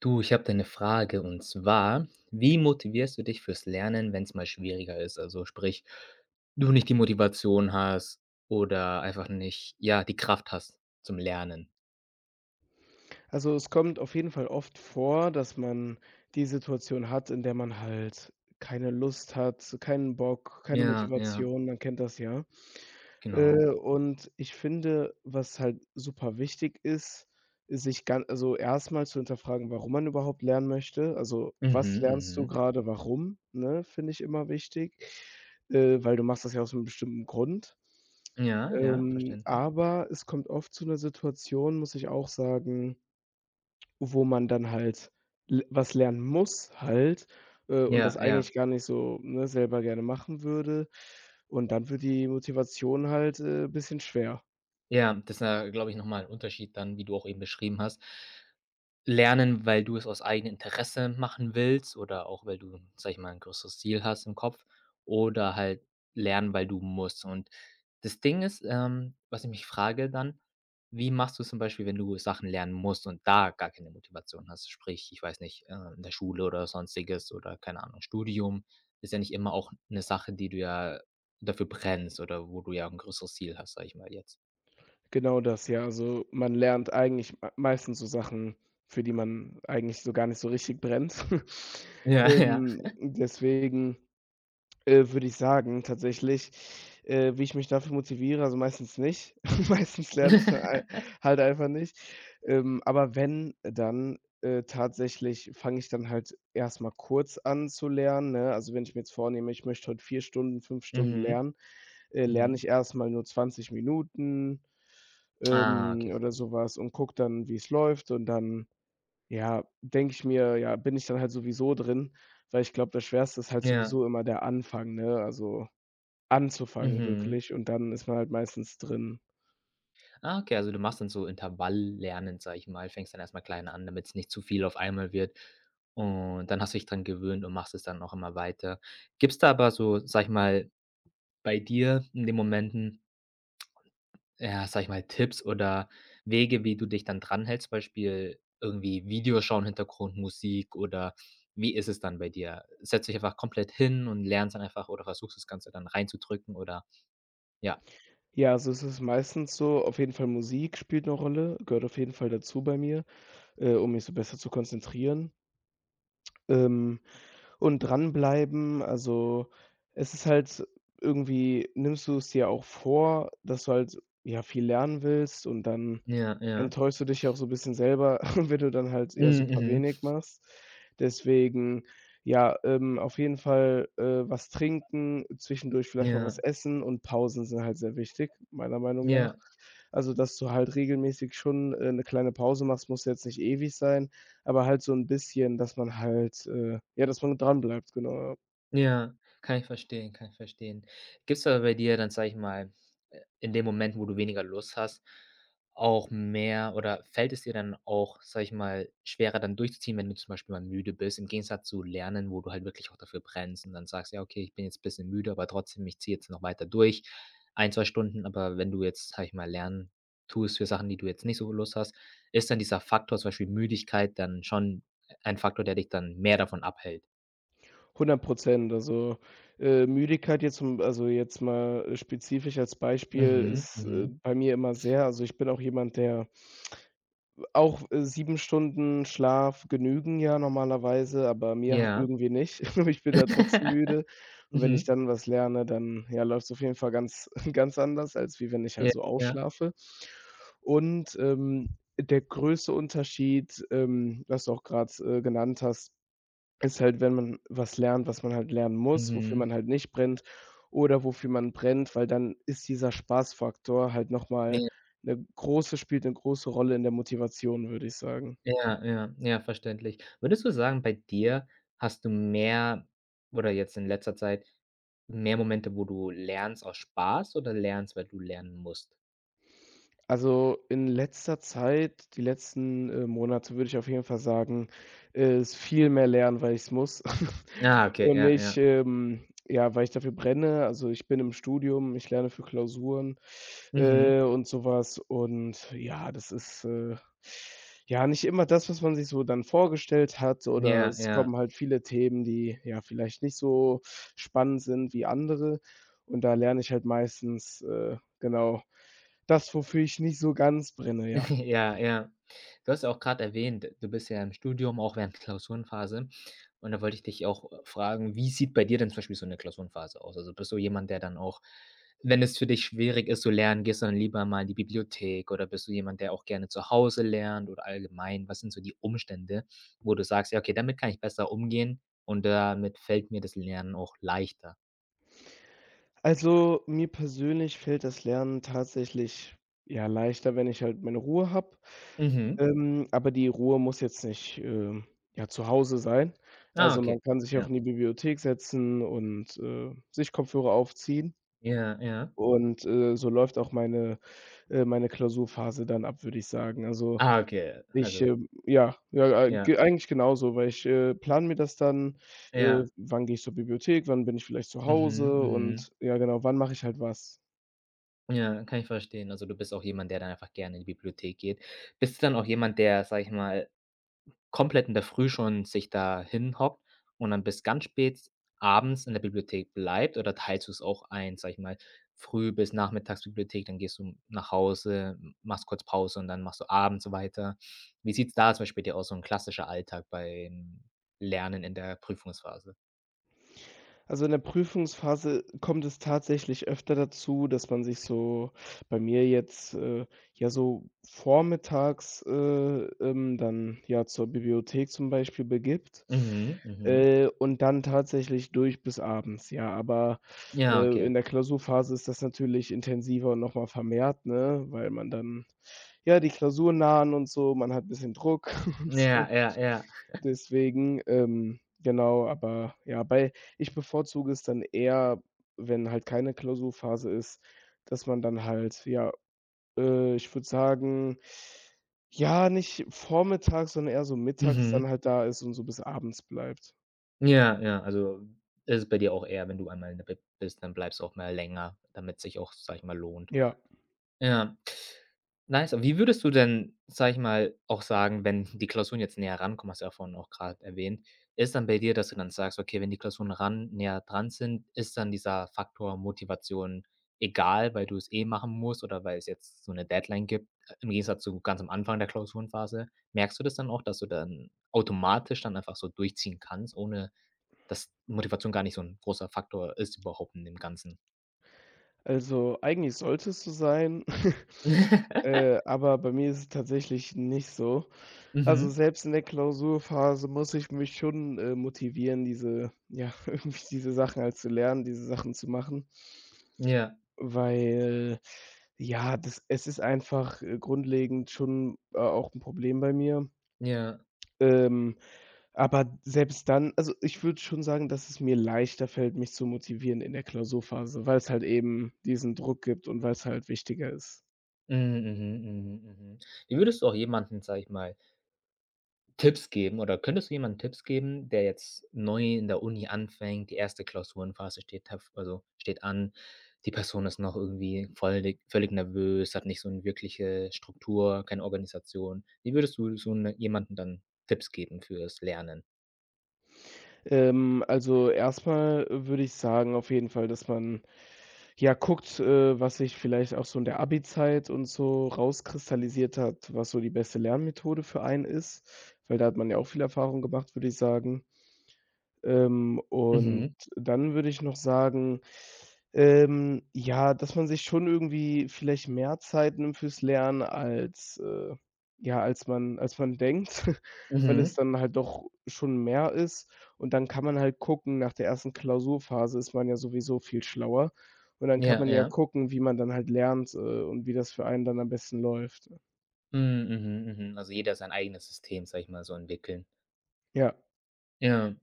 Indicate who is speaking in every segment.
Speaker 1: Du, ich habe da 'ne Frage und zwar, wie motivierst du dich fürs Lernen, wenn es mal schwieriger ist? Also, sprich, du nicht die Motivation hast oder einfach nicht, ja, die Kraft hast zum Lernen.
Speaker 2: Also, es kommt auf jeden Fall oft vor, dass man die Situation hat, in der man halt keine Lust hat, keinen Bock, keine
Speaker 1: Ja, ja,
Speaker 2: Motivation, man kennt das ja.
Speaker 1: genau.
Speaker 2: Und ich finde, was halt super wichtig ist, ist sich gan also, erstmal zu hinterfragen, warum man überhaupt lernen möchte. Also,
Speaker 1: Mhm,
Speaker 2: was lernst du
Speaker 1: mhm.
Speaker 2: gerade? Warum, ne, finde ich immer wichtig, weil du machst das ja aus einem bestimmten Grund.
Speaker 1: Ja, ja,
Speaker 2: Ähm,
Speaker 1: verständlich.
Speaker 2: aber es kommt oft zu einer Situation, muss ich auch sagen, wo man dann halt l was lernen muss halt, und
Speaker 1: Ja,
Speaker 2: das
Speaker 1: ja,
Speaker 2: eigentlich gar nicht so, ne, selber gerne machen würde. Und dann wird die Motivation halt, bisschen schwer.
Speaker 1: ja, das ist ja, glaube ich, nochmal ein Unterschied dann, wie du auch eben beschrieben hast. Lernen, weil du es aus eigenem Interesse machen willst oder auch, weil du, sage ich mal, ein größeres Ziel hast im Kopf oder halt lernen, weil du musst. Und das Ding ist, was ich mich frage dann, wie machst du's zum Beispiel, wenn du Sachen lernen musst und da gar keine Motivation hast? Sprich, ich weiß nicht, in der Schule oder Sonstiges oder keine Ahnung, Studium ist ja nicht immer auch eine Sache, die du ja dafür brennst oder wo du ja ein größeres Ziel hast, sage ich mal jetzt.
Speaker 2: Genau das, ja. Also, man lernt eigentlich meistens so Sachen, für die man eigentlich so gar nicht so richtig brennt.
Speaker 1: Ja, ja.
Speaker 2: Deswegen würde ich sagen, tatsächlich, wie ich mich dafür motiviere, also meistens nicht. Meistens lerne ich dann ei halt einfach nicht. Aber wenn, dann, tatsächlich fange ich dann halt erstmal kurz an zu lernen, ne? Also, wenn ich mir jetzt vornehme, ich möchte heute 4 Stunden, 5 Stunden
Speaker 1: Mhm,
Speaker 2: lernen, lerne
Speaker 1: mhm.
Speaker 2: ich erstmal nur 20 Minuten,
Speaker 1: Ah, okay.
Speaker 2: oder sowas und gucke dann, wie es läuft und dann ja, denke ich mir, ja, bin ich dann halt sowieso drin, weil ich glaube, das Schwerste ist halt
Speaker 1: Ja.
Speaker 2: sowieso immer der Anfang, ne? Also anzufangen
Speaker 1: Mhm.
Speaker 2: wirklich und dann ist man halt meistens drin.
Speaker 1: Ah, okay, also du machst dann so Intervalllernen, sage ich mal, fängst dann erstmal klein an, damit es nicht zu viel auf einmal wird. Und dann hast du dich dran gewöhnt und machst es dann auch immer weiter. Gibt es da aber so, sage ich mal, bei dir in den Momenten, ja, sage ich mal, Tipps oder Wege, wie du dich dann dranhältst? Beispiel irgendwie Videoschauen, Hintergrundmusik oder wie ist es dann bei dir? Setzt dich einfach komplett hin und lernst dann einfach oder versuchst das Ganze dann reinzudrücken oder ja.
Speaker 2: Ja, also es ist meistens so, auf jeden Fall Musik spielt 'ne Rolle, gehört auf jeden Fall dazu bei mir, um mich so besser zu konzentrieren. Ähm, und dranbleiben, also es ist halt irgendwie nimmst du es dir auch vor, dass du halt, ja, viel lernen willst und dann
Speaker 1: Ja, ja.
Speaker 2: enttäuschst du dich ja auch so 'n bisschen selber, wenn du dann halt eher
Speaker 1: Mhm,
Speaker 2: super
Speaker 1: mhm.
Speaker 2: wenig machst. Deswegen, ja, auf jeden Fall, was trinken, zwischendurch vielleicht mal was
Speaker 1: Ja,
Speaker 2: essen und Pausen sind halt sehr wichtig, meiner Meinung nach.
Speaker 1: ja.
Speaker 2: Also, dass du halt regelmäßig schon, 'ne kleine Pause machst, muss jetzt nicht ewig sein, aber halt so 'n bisschen, dass man halt, ja, dass man dranbleibt, genau, ja.
Speaker 1: Ja, kann ich verstehen, kann ich verstehen. Gibt's aber bei dir dann, sage ich mal, in den Momenten, wo du weniger Lust hast, auch mehr oder fällt es dir dann auch, sage ich mal, schwerer dann durchzuziehen, wenn du zum Beispiel mal müde bist, im Gegensatz zu Lernen, wo du halt wirklich auch dafür brennst und dann sagst: „Ja, okay, ich bin jetzt ein bisschen müde, aber trotzdem, ich ziehe jetzt noch weiter durch, ein 2 Stunden.“ Aber wenn du jetzt, sage ich mal, Lernen tust für Sachen, die du jetzt nicht so Lust hast, ist dann dieser Faktor, zum Beispiel Müdigkeit, dann schon ein Faktor, der dich dann mehr davon abhält?
Speaker 2: 100. Also, Müdigkeit jetzt zum also, jetzt mal spezifisch als Beispiel
Speaker 1: Mhm,
Speaker 2: ist,
Speaker 1: mhm.
Speaker 2: bei mir immer sehr also, ich bin auch jemand, der auch, 7 Stunden Schlaf genügen ja normalerweise, aber mir ha
Speaker 1: Ja.
Speaker 2: irgendwie nicht. Ich bin da trotzdem müde. Und wenn ich
Speaker 1: Mhm.
Speaker 2: dann was lerne, dann, ja, läuft's auf jeden Fall ganz ganz anders, als wie wenn ich
Speaker 1: Ja,
Speaker 2: halt so
Speaker 1: ja.
Speaker 2: ausschlafe. Und, der größte Unterschied, was du auch gerade genannt hast, ist halt, wenn man was lernt, was man halt lernen muss, wofür
Speaker 1: Mhm.
Speaker 2: man halt nicht brennt oder wofür man brennt, weil dann ist dieser Spaßfaktor halt noch mal
Speaker 1: Ja,
Speaker 2: 'ne große spielt eine große Rolle in der Motivation, würde ich sagen.
Speaker 1: ja, ja, ja, verständlich. Würdest du sagen, bei dir hast du mehr oder jetzt in letzter Zeit mehr Momente, wo du lernst aus Spaß oder lernst, weil du lernen musst?
Speaker 2: Also, in letzter Zeit, die letzten, Monate würde ich auf jeden Fall sagen, ist viel mehr lernen, weil ich es muss
Speaker 1: Ah, okay,
Speaker 2: und
Speaker 1: ja, ja.
Speaker 2: nicht, ja, weil ich dafür brenne. Also, ich bin im Studium, ich lerne für Klausuren,
Speaker 1: Mhm.
Speaker 2: und sowas und ja, das ist, ja, nicht immer das, was man sich so dann vorgestellt hat oder
Speaker 1: Ja,
Speaker 2: es
Speaker 1: ja.
Speaker 2: kommen halt viele Themen, die, ja, vielleicht nicht so spannend sind wie andere und da lerne ich halt meistens, Genau. Das, wofür ich nicht so ganz brenne, ja.
Speaker 1: Ja, ja. Du hast ja auch gerade erwähnt, du bist ja im Studium, auch während Klausurenphase. Und da wollte ich dich auch, fragen, wie sieht bei dir denn zum Beispiel so eine Klausurenphase aus? Also, bist du jemand, der dann auch, wenn es für dich schwierig ist zu lernen, gehst du dann lieber mal in die Bibliothek oder bist du jemand, der auch gerne zu Hause lernt oder allgemein? Was sind so die Umstände, wo du sagst: „Ja, okay, damit kann ich besser umgehen und damit fällt mir das Lernen auch leichter?“
Speaker 2: Also, mir persönlich fällt das Lernen tatsächlich, ja, leichter, wenn ich halt meine Ruhe habe.
Speaker 1: Mhm.
Speaker 2: Aber die Ruhe muss jetzt nicht, ja, zu Hause sein.
Speaker 1: Ah,
Speaker 2: Also,
Speaker 1: okay.
Speaker 2: man kann sich auch
Speaker 1: Ja.
Speaker 2: in die Bibliothek setzen und, sich Kopfhörer aufziehen.
Speaker 1: Ja, ja.
Speaker 2: Und, so läuft auch meine Klausurphase dann ab, würde ich sagen. Also,
Speaker 1: Ah, okay.
Speaker 2: ich,
Speaker 1: Also,
Speaker 2: ja, ja,
Speaker 1: ja,
Speaker 2: ge eigentlich genauso, weil ich, plane mir das dann,
Speaker 1: ja.
Speaker 2: wann gehe ich zur Bibliothek, wann bin ich vielleicht zu
Speaker 1: Mhm,
Speaker 2: Hause
Speaker 1: mhm.
Speaker 2: und ja genau, wann mache ich halt was.
Speaker 1: Ja, kann ich verstehen. Also, du bist auch jemand, der dann einfach gerne in die Bibliothek geht. Bist du dann auch jemand, der, sage ich mal, komplett in der Früh schon sich da hinhockt und dann bis ganz spät abends in der Bibliothek bleibt oder teilst du es auch ein, sage ich mal, früh bis Nachmittagsbibliothek, dann gehst du nach Hause, m machst kurz Pause und dann machst du abends weiter. Wie sieht's da zum Beispiel bei dir aus, so ein klassischer Alltag beim Lernen in der Prüfungsphase?
Speaker 2: Also, in der Prüfungsphase kommt es tatsächlich öfter dazu, dass man sich so bei mir jetzt, ja, so vormittags, dann, ja, zur Bibliothek zum Beispiel begibt,
Speaker 1: Mhm, mhm.
Speaker 2: und dann tatsächlich durch bis abends, ja. Aber,
Speaker 1: Ja, okay.
Speaker 2: in der Klausurphase ist das natürlich intensiver und noch mal vermehrt, ne, weil man dann ja, die Klausuren nahen und so, man hat ein bisschen Druck und
Speaker 1: Ja,
Speaker 2: so.
Speaker 1: ja, ja.
Speaker 2: Deswegen, genau, aber ja, bei ich bevorzuge es dann eher, wenn halt keine Klausurphase ist, dass man dann halt, ja, ich würde sagen, ja, nicht vormittags, sondern eher so mittags dann
Speaker 1: Mhm.
Speaker 2: halt da ist und so bis abends bleibt.
Speaker 1: Ja, ja, also ist es bei dir auch eher, wenn du einmal in der Bib bist, dann bleibst du auch mal länger, damit's sich auch, sage ich mal, lohnt.
Speaker 2: Ja,
Speaker 1: Ja. Nice. Wie würdest du denn, sage ich mal, auch sagen, wenn die Klausuren jetzt näher rankommen, hast du ja vorhin auch gerade erwähnt, ist dann bei dir, dass du dann sagst: „Okay, wenn die Klausuren ran näher dran sind, ist dann dieser Faktor Motivation egal, weil du es eh machen musst oder weil es jetzt so eine Deadline gibt?“ Im Gegensatz zu ganz am Anfang der Klausurenphase. Merkst du das dann auch, dass du dann automatisch dann einfach so durchziehen kannst, ohne dass Motivation gar nicht so 'n großer Faktor ist überhaupt in dem Ganzen.
Speaker 2: also eigentlich sollte es so sein, aber bei mir ist es tatsächlich nicht so. Also,
Speaker 1: Mhm.
Speaker 2: selbst in der Klausurphase muss ich mich schon, motivieren, diese ja, irgendwie diese Sachen halt zu lernen, diese Sachen zu machen,
Speaker 1: Ja,
Speaker 2: weil, ja, das es ist einfach, grundlegend schon, auch ein Problem bei mir.
Speaker 1: ja.
Speaker 2: Ähm, aber selbst dann also, ich würde schon sagen, dass es mir leichter fällt, mich zu motivieren in der Klausurphase, weil es halt eben diesen Druck gibt und weil es halt wichtiger ist.
Speaker 1: Mhm, mhm, mhm, mhm. Wie würdest du auch jemanden, sage ich mal, Tipps geben oder könntest du jemandem Tipps geben, der jetzt neu in der Uni anfängt, die erste Klausurenphase steht an. Die Person ist noch irgendwie vollig völlig nervös, hat nicht so 'ne wirkliche Struktur, keine Organisation. Wie würdest du so 'ne jemanden dann Tipps geben fürs Lernen?
Speaker 2: Also, erstmal würde ich sagen auf jeden Fall, dass man ja, guckt, was sich vielleicht auch so in der Abi-Zeit und so rauskristallisiert hat, was so die beste Lernmethode für einen ist, weil da hat man ja auch viel Erfahrung gemacht, würde ich sagen. Und
Speaker 1: Mhm,
Speaker 2: dann würde ich noch sagen, ja, dass man sich schon irgendwie vielleicht mehr Zeit nimmt fürs Lernen als, ja, als man denkt, weil es
Speaker 1: mhm.
Speaker 2: dann halt doch schon mehr ist. Und dann kann man halt gucken, nach der ersten Klausurphase ist man ja sowieso viel schlauer. Und dann kann
Speaker 1: Ja,
Speaker 2: man ja
Speaker 1: ja.
Speaker 2: gucken, wie man dann halt lernt, und wie das für einen dann am besten läuft.
Speaker 1: Mhm, mhm, mhm. Also jeder sein eigenes System, sage ich mal, so entwickeln.
Speaker 2: Ja.
Speaker 1: Ja.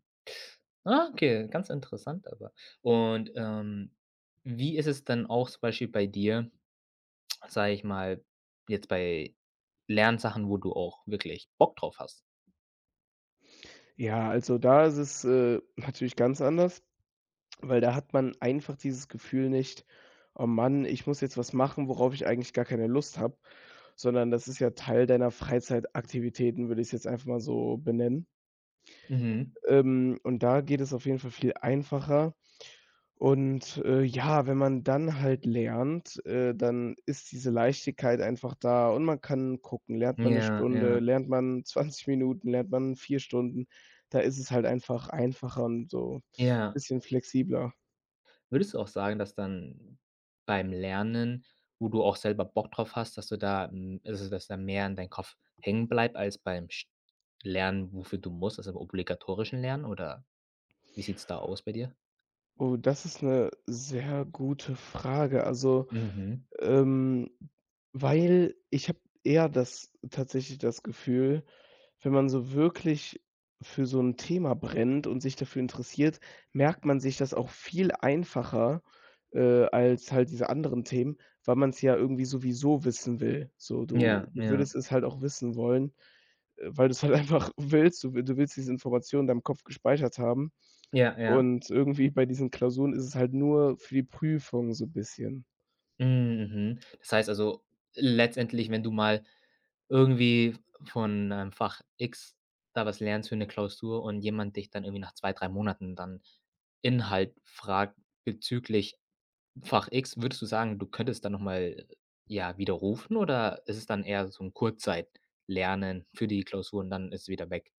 Speaker 1: Ah, okay, ganz interessant aber. Und, wie ist es dann auch zum Beispiel bei dir, sage ich mal, jetzt bei Lernsachen, wo du auch wirklich Bock drauf hast?
Speaker 2: Ja, also da ist es, natürlich ganz anders. Weil da hat man einfach dieses Gefühl nicht: „Oh Mann, ich muss jetzt was machen, worauf ich eigentlich gar keine Lust habe", sondern das ist ja Teil deiner Freizeitaktivitäten, würde ich's jetzt einfach mal so benennen.
Speaker 1: Mhm.
Speaker 2: Und da geht es auf jeden Fall viel einfacher. Und, ja, wenn man dann halt lernt, dann ist diese Leichtigkeit einfach da und man kann gucken, lernt man eine
Speaker 1: Ja,
Speaker 2: Stunde,
Speaker 1: ja,
Speaker 2: lernt man 20 Minuten, lernt man 4 Stunden. Da ist es halt einfach einfacher und so ein
Speaker 1: ja.
Speaker 2: bisschen flexibler.
Speaker 1: Würdest du auch sagen, dass dann beim Lernen, wo du auch selber Bock drauf hast, dass du da also, dass da mehr in deinem Kopf hängen bleibt als beim Sch Lernen, wofür du musst, also, im obligatorischen Lernen oder wie sieht's da aus bei dir?
Speaker 2: Oh, das ist eine sehr gute Frage. Also,
Speaker 1: Mhm.
Speaker 2: ähm, weil ich habe eher das tatsächlich das Gefühl, wenn man so wirklich für so ein Thema brennt und sich dafür interessiert, merkt man sich das auch viel einfacher, als halt diese anderen Themen, weil man es ja irgendwie sowieso wissen will. So, du
Speaker 1: Ja,
Speaker 2: du
Speaker 1: ja,
Speaker 2: würdest es halt auch wissen wollen, weil du es halt einfach willst. Du willst diese Informationen in deinem Kopf gespeichert haben.
Speaker 1: ja, ja.
Speaker 2: Und irgendwie bei diesen Klausuren ist es halt nur für die Prüfung so bisschen.
Speaker 1: Hm, mhm. Das heißt also, letztendlich, wenn du mal irgendwie von 'nem Fach X da was lernst für eine Klausur und jemand dich dann irgendwie nach 2, 3 Monaten dann Inhalt fragt bezüglich Fach X, würdest du sagen, du könntest dann noch mal, ja, widerrufen oder ist es dann eher so ein Kurzzeitlernen für die Klausur und dann ist es wieder weg?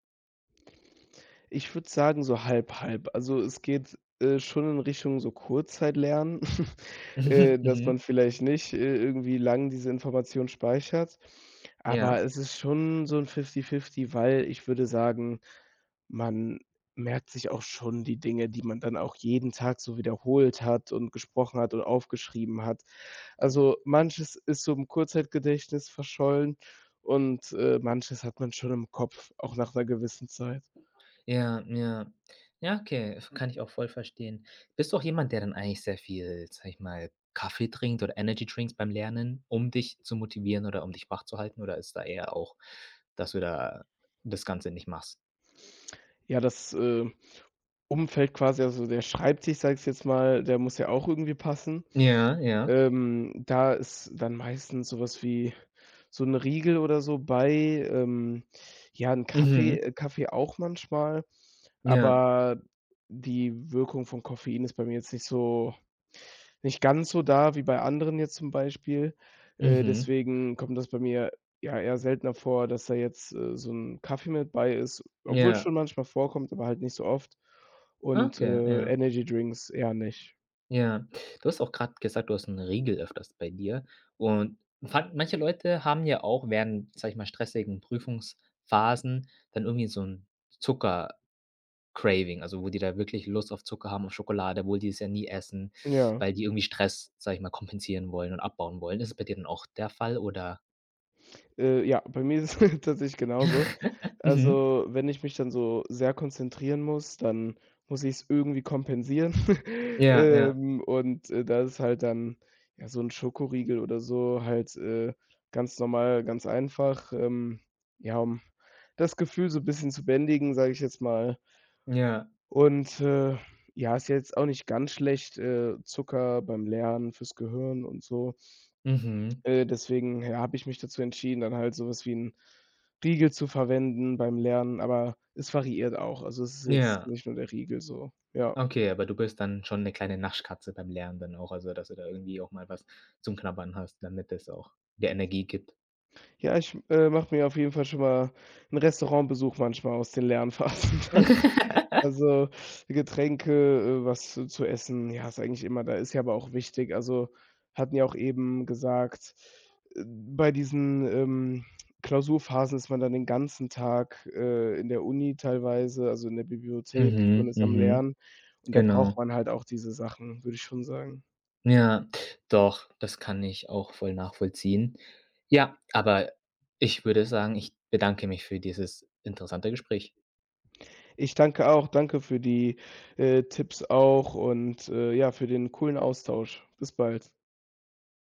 Speaker 2: Ich würde sagen, so halb, halb. Also, es geht, schon in Richtung so Kurzzeitlernen,
Speaker 1: Mhm,
Speaker 2: dass man
Speaker 1: mhm.
Speaker 2: vielleicht nicht, irgendwie lang diese Information speichert.
Speaker 1: Ja,
Speaker 2: Aber es ist schon so ein Fifty-Fifty, weil ich würde sagen, man merkt sich auch schon die Dinge, die man dann auch jeden Tag so wiederholt hat und gesprochen hat und aufgeschrieben hat. Also, manches ist so im Kurzzeitgedächtnis verschollen und, manches hat man schon im Kopf, auch nach einer gewissen Zeit.
Speaker 1: ja, ja. Ja, okay, f kann ich auch voll verstehen. Bist du auch jemand, der dann eigentlich sehr viel, sage ich mal, Kaffee trinkt oder Energy Drinks beim Lernen, um dich zu motivieren oder um dich wach zu halten oder ist da eher auch, dass du da das Ganze nicht machst?
Speaker 2: Ja, das, Umfeld quasi, also der Schreibtisch, sag ich jetzt mal, der muss ja auch irgendwie passen.
Speaker 1: Ja, ja.
Speaker 2: Da ist dann meistens sowas wie so ein Riegel oder so bei, ähm, ja, ein Kaffee
Speaker 1: Mhm.
Speaker 2: äh, Kaffee auch manchmal,
Speaker 1: Ja.
Speaker 2: aber die Wirkung von Koffein ist bei mir jetzt nicht ganz so da wie bei anderen jetzt zum Beispiel. Äh,
Speaker 1: Mhm.
Speaker 2: deswegen kommt das bei mir ja eher seltener vor, dass da jetzt, so 'n Kaffee mit bei ist, obwohl es
Speaker 1: Ja.
Speaker 2: schon manchmal vorkommt, aber halt nicht so oft. Und,
Speaker 1: Okay, ja.
Speaker 2: Energydrinks eher nicht.
Speaker 1: Ja, du hast auch gerade gesagt, du hast einen Riegel öfters bei dir und fand manche Leute haben ja auch während, sage ich mal, stressigen Prüfungsphasen dann irgendwie so ein Zucker-Craving, also, wo die da wirklich Lust auf Zucker haben, auf Schokolade, obwohl die es ja nie essen,
Speaker 2: Ja.
Speaker 1: weil die irgendwie Stress, sage ich mal, kompensieren wollen und abbauen wollen. Ist es bei dir dann auch der Fall, oder?
Speaker 2: Ja, bei mir ist es tatsächlich genauso.
Speaker 1: Mhm.
Speaker 2: Also, wenn ich mich dann so sehr konzentrieren muss, dann muss ich es irgendwie kompensieren.
Speaker 1: Ja, ja,
Speaker 2: Und, da ist halt dann, ja, so ein Schokoriegel oder so halt, ganz normal, ganz einfach, ja, um das Gefühl so ein bisschen zu bändigen, sage ich jetzt mal.
Speaker 1: ja.
Speaker 2: Und, ja, ist jetzt auch nicht ganz schlecht, Zucker beim Lernen, fürs Gehirn und so.
Speaker 1: Mhm.
Speaker 2: Deswegen, ja, habe ich mich dazu entschieden, dann halt so was wie 'n Riegel zu verwenden beim Lernen, aber es variiert auch. Also, es ist jetzt
Speaker 1: Ja.
Speaker 2: nicht nur der Riegel so, ja.
Speaker 1: Okay, aber du bist dann schon 'ne kleine Naschkatze beim Lernen dann auch, also, dass du da irgendwie auch mal was zum Knabbern hast, damit es auch dir Energie gibt.
Speaker 2: Ja, ich, mache mir auf jeden Fall schon mal 'n Restaurantbesuch manchmal aus den Lernphasen dann. Also, Getränke, was zu essen, ja, ist eigentlich immer da ist ja aber auch wichtig. Also, hatten ja auch eben gesagt, bei diesen, Klausurphasen ist man dann den ganzen Tag, in der Uni teilweise, also in der Bibliothek und
Speaker 1: Mhm,
Speaker 2: ist am
Speaker 1: mhm,
Speaker 2: Lernen und da braucht
Speaker 1: genau.
Speaker 2: man halt auch diese Sachen, würde ich schon sagen.
Speaker 1: Ja, doch, das kann ich auch voll nachvollziehen. Ja, aber ich würde sagen, ich bedanke mich für dieses interessante Gespräch.
Speaker 2: Ich danke auch. Danke für die, Tipps auch und, ja, für den coolen Austausch. Bis bald.